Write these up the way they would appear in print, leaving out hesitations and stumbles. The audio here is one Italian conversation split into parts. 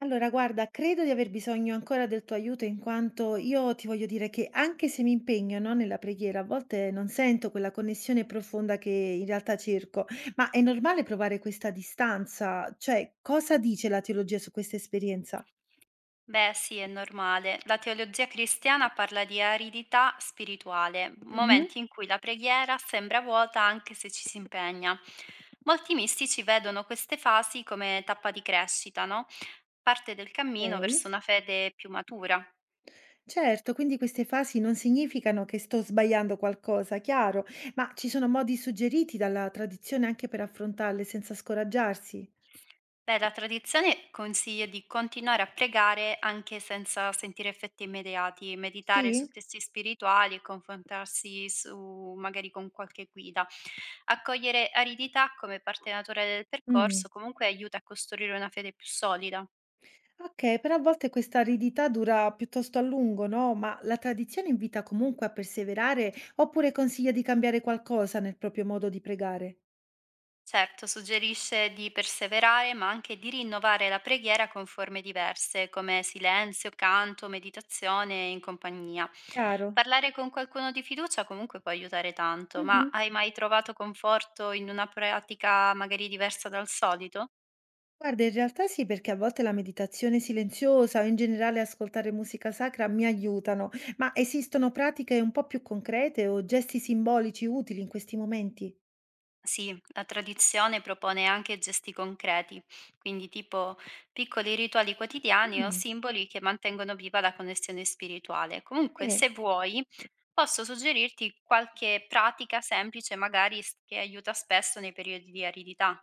Allora, guarda, credo di aver bisogno ancora del tuo aiuto in quanto io ti voglio dire che anche se mi impegno, no, nella preghiera, a volte non sento quella connessione profonda che in realtà cerco. Ma è normale provare questa distanza? Cioè, cosa dice la teologia su questa esperienza? Beh, sì, è normale. La teologia cristiana parla di aridità spirituale, Mhm. momenti in cui la preghiera sembra vuota anche se ci si impegna. Molti mistici vedono queste fasi come tappa di crescita, no? Parte del cammino Ok. verso una fede più matura. Certo, quindi queste fasi non significano che sto sbagliando qualcosa, chiaro, ma ci sono modi suggeriti dalla tradizione anche per affrontarle senza scoraggiarsi? Beh, la tradizione consiglia di continuare a pregare anche senza sentire effetti immediati, meditare Sì? su testi spirituali e confrontarsi su, magari con qualche guida. Accogliere aridità come parte naturale del Mm. percorso comunque aiuta a costruire una fede più solida. Okay, però a volte questa aridità dura piuttosto a lungo, no, ma la tradizione invita comunque a perseverare oppure consiglia di cambiare qualcosa nel proprio modo di pregare? Certo, suggerisce di perseverare, ma anche di rinnovare la preghiera con forme diverse, come silenzio, canto, meditazione in compagnia. Chiaro. Parlare con qualcuno di fiducia comunque può aiutare tanto, ma Mhm. hai mai trovato conforto in una pratica magari diversa dal solito? Guarda, in realtà sì, perché a volte la meditazione silenziosa o in generale ascoltare musica sacra mi aiutano, ma esistono pratiche un po' più concrete o gesti simbolici utili in questi momenti? Sì, la tradizione propone anche gesti concreti, quindi tipo piccoli rituali quotidiani o Mm. simboli che mantengono viva la connessione spirituale. Comunque, Sì. se vuoi, posso suggerirti qualche pratica semplice, magari che aiuta spesso nei periodi di aridità.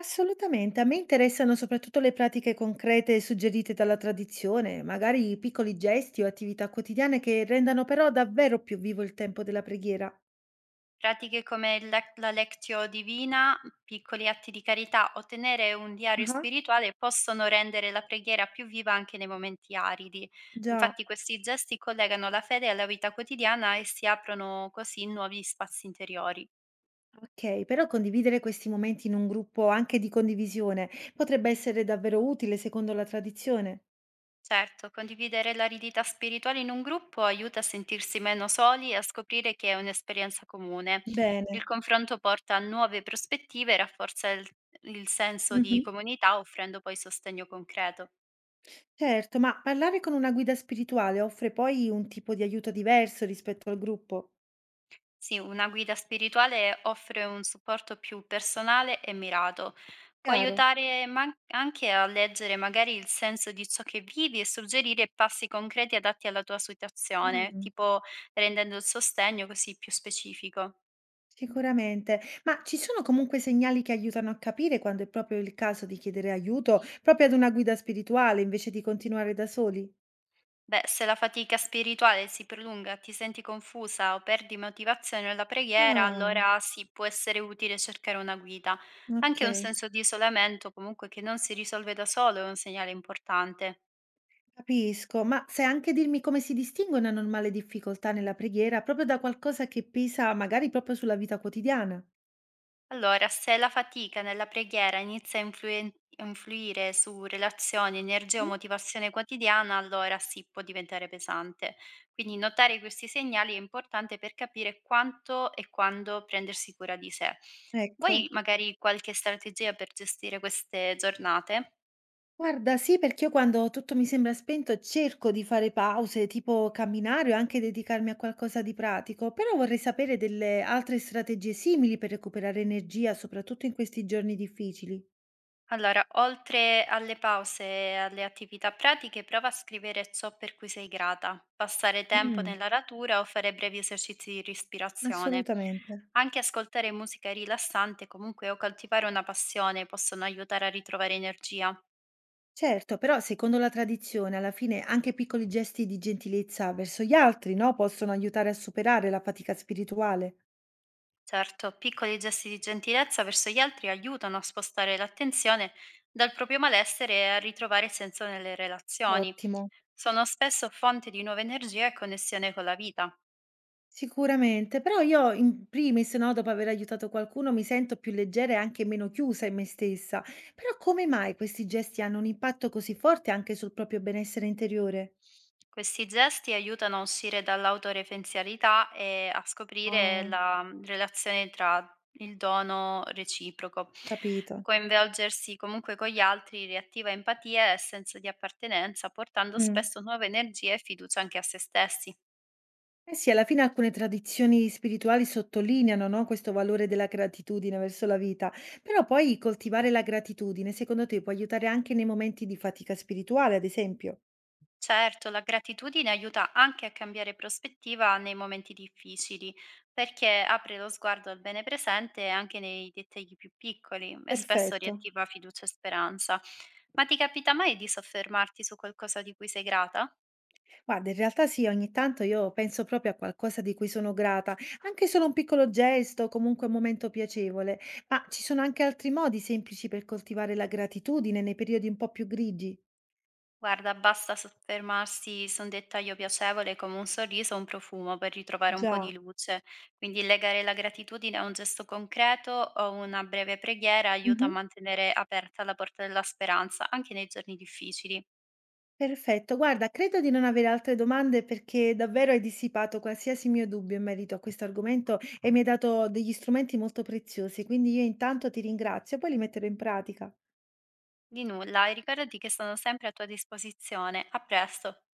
Assolutamente, a me interessano soprattutto le pratiche concrete suggerite dalla tradizione, magari piccoli gesti o attività quotidiane che rendano però davvero più vivo il tempo della preghiera. Pratiche come la Lectio Divina, piccoli atti di carità o tenere un diario Ah, spirituale possono rendere la preghiera più viva anche nei momenti aridi. già, Infatti questi gesti collegano la fede alla vita quotidiana e si aprono così nuovi spazi interiori. ok, però condividere questi momenti in un gruppo anche di condivisione potrebbe essere davvero utile secondo la tradizione. Certo, condividere l'aridità spirituale in un gruppo aiuta a sentirsi meno soli e a scoprire che è un'esperienza comune. Il Bene. confronto porta a nuove prospettive e rafforza il senso di Mhm. comunità, offrendo poi sostegno concreto. Certo, ma parlare con una guida spirituale offre poi un tipo di aiuto diverso rispetto al gruppo. Sì, una guida spirituale offre un supporto più personale e mirato. Può Chiaro. aiutare anche a leggere magari il senso di ciò che vivi e suggerire passi concreti adatti alla tua situazione, Mm. tipo rendendo il sostegno così più specifico. Sicuramente, ma ci sono comunque segnali che aiutano a capire quando è proprio il caso di chiedere aiuto, proprio ad una guida spirituale, invece di continuare da soli? Beh, se la fatica spirituale si prolunga, ti senti confusa o perdi motivazione alla preghiera, Ah, allora sì, può essere utile cercare una guida. ok, Anche un senso di isolamento, comunque che non si risolve da solo, è un segnale importante. capisco, ma sai anche dirmi come si distingue una normale difficoltà nella preghiera proprio da qualcosa che pesa magari proprio sulla vita quotidiana? Allora, se la fatica nella preghiera inizia a influire su relazioni, energia o Mhm. motivazione quotidiana, allora sì, può diventare pesante. Quindi notare questi segnali è importante per capire quanto e quando prendersi cura di sé. Ecco. Vuoi magari qualche strategia per gestire queste giornate? Guarda, sì, perché io quando tutto mi sembra spento cerco di fare pause, tipo camminare o anche dedicarmi a qualcosa di pratico, però vorrei sapere delle altre strategie simili per recuperare energia, soprattutto in questi giorni difficili. Allora, oltre alle pause e alle attività pratiche, prova a scrivere ciò per cui sei grata, passare tempo Mm, nella natura o fare brevi esercizi di respirazione. assolutamente. Anche ascoltare musica rilassante, comunque, o coltivare una passione possono aiutare a ritrovare energia. Certo, però secondo la tradizione, alla fine anche piccoli gesti di gentilezza verso gli altri, no, possono aiutare a superare la fatica spirituale. Certo, piccoli gesti di gentilezza verso gli altri aiutano a spostare l'attenzione dal proprio malessere e a ritrovare senso nelle relazioni. Ottimo. Sono spesso fonte di nuova energia e connessione con la vita. Sicuramente, però io in primis, no, dopo aver aiutato qualcuno mi sento più leggera e anche meno chiusa in me stessa. Però come mai questi gesti hanno un impatto così forte anche sul proprio benessere interiore? Questi gesti aiutano a uscire dall'autoreferenzialità e a scoprire Ah, la relazione tra il dono reciproco. capito. Coinvolgersi comunque con gli altri riattiva empatia e senso di appartenenza, portando Mm. spesso nuove energie e fiducia anche a se stessi. Eh sì, alla fine alcune tradizioni spirituali sottolineano, no, questo valore della gratitudine verso la vita, però poi coltivare la gratitudine, secondo te, può aiutare anche nei momenti di fatica spirituale, ad esempio? Certo, la gratitudine aiuta anche a cambiare prospettiva nei momenti difficili, perché apre lo sguardo al bene presente anche nei dettagli più piccoli e spesso Perfetto. riattiva fiducia e speranza. Ma ti capita mai di soffermarti su qualcosa di cui sei grata? Guarda, in realtà sì, ogni tanto io penso proprio a qualcosa di cui sono grata, anche solo un piccolo gesto, comunque un momento piacevole, ma ci sono anche altri modi semplici per coltivare la gratitudine nei periodi un po' più grigi. Guarda, basta soffermarsi su un dettaglio piacevole come un sorriso o un profumo per ritrovare un po' Già, di luce. Quindi legare la gratitudine a un gesto concreto o una breve preghiera aiuta a mhm. mantenere aperta la porta della speranza anche nei giorni difficili. Perfetto, guarda, credo di non avere altre domande perché davvero hai dissipato qualsiasi mio dubbio in merito a questo argomento e mi hai dato degli strumenti molto preziosi, quindi io intanto ti ringrazio, poi li metterò in pratica. Di nulla e ricordati che sono sempre a tua disposizione. A presto!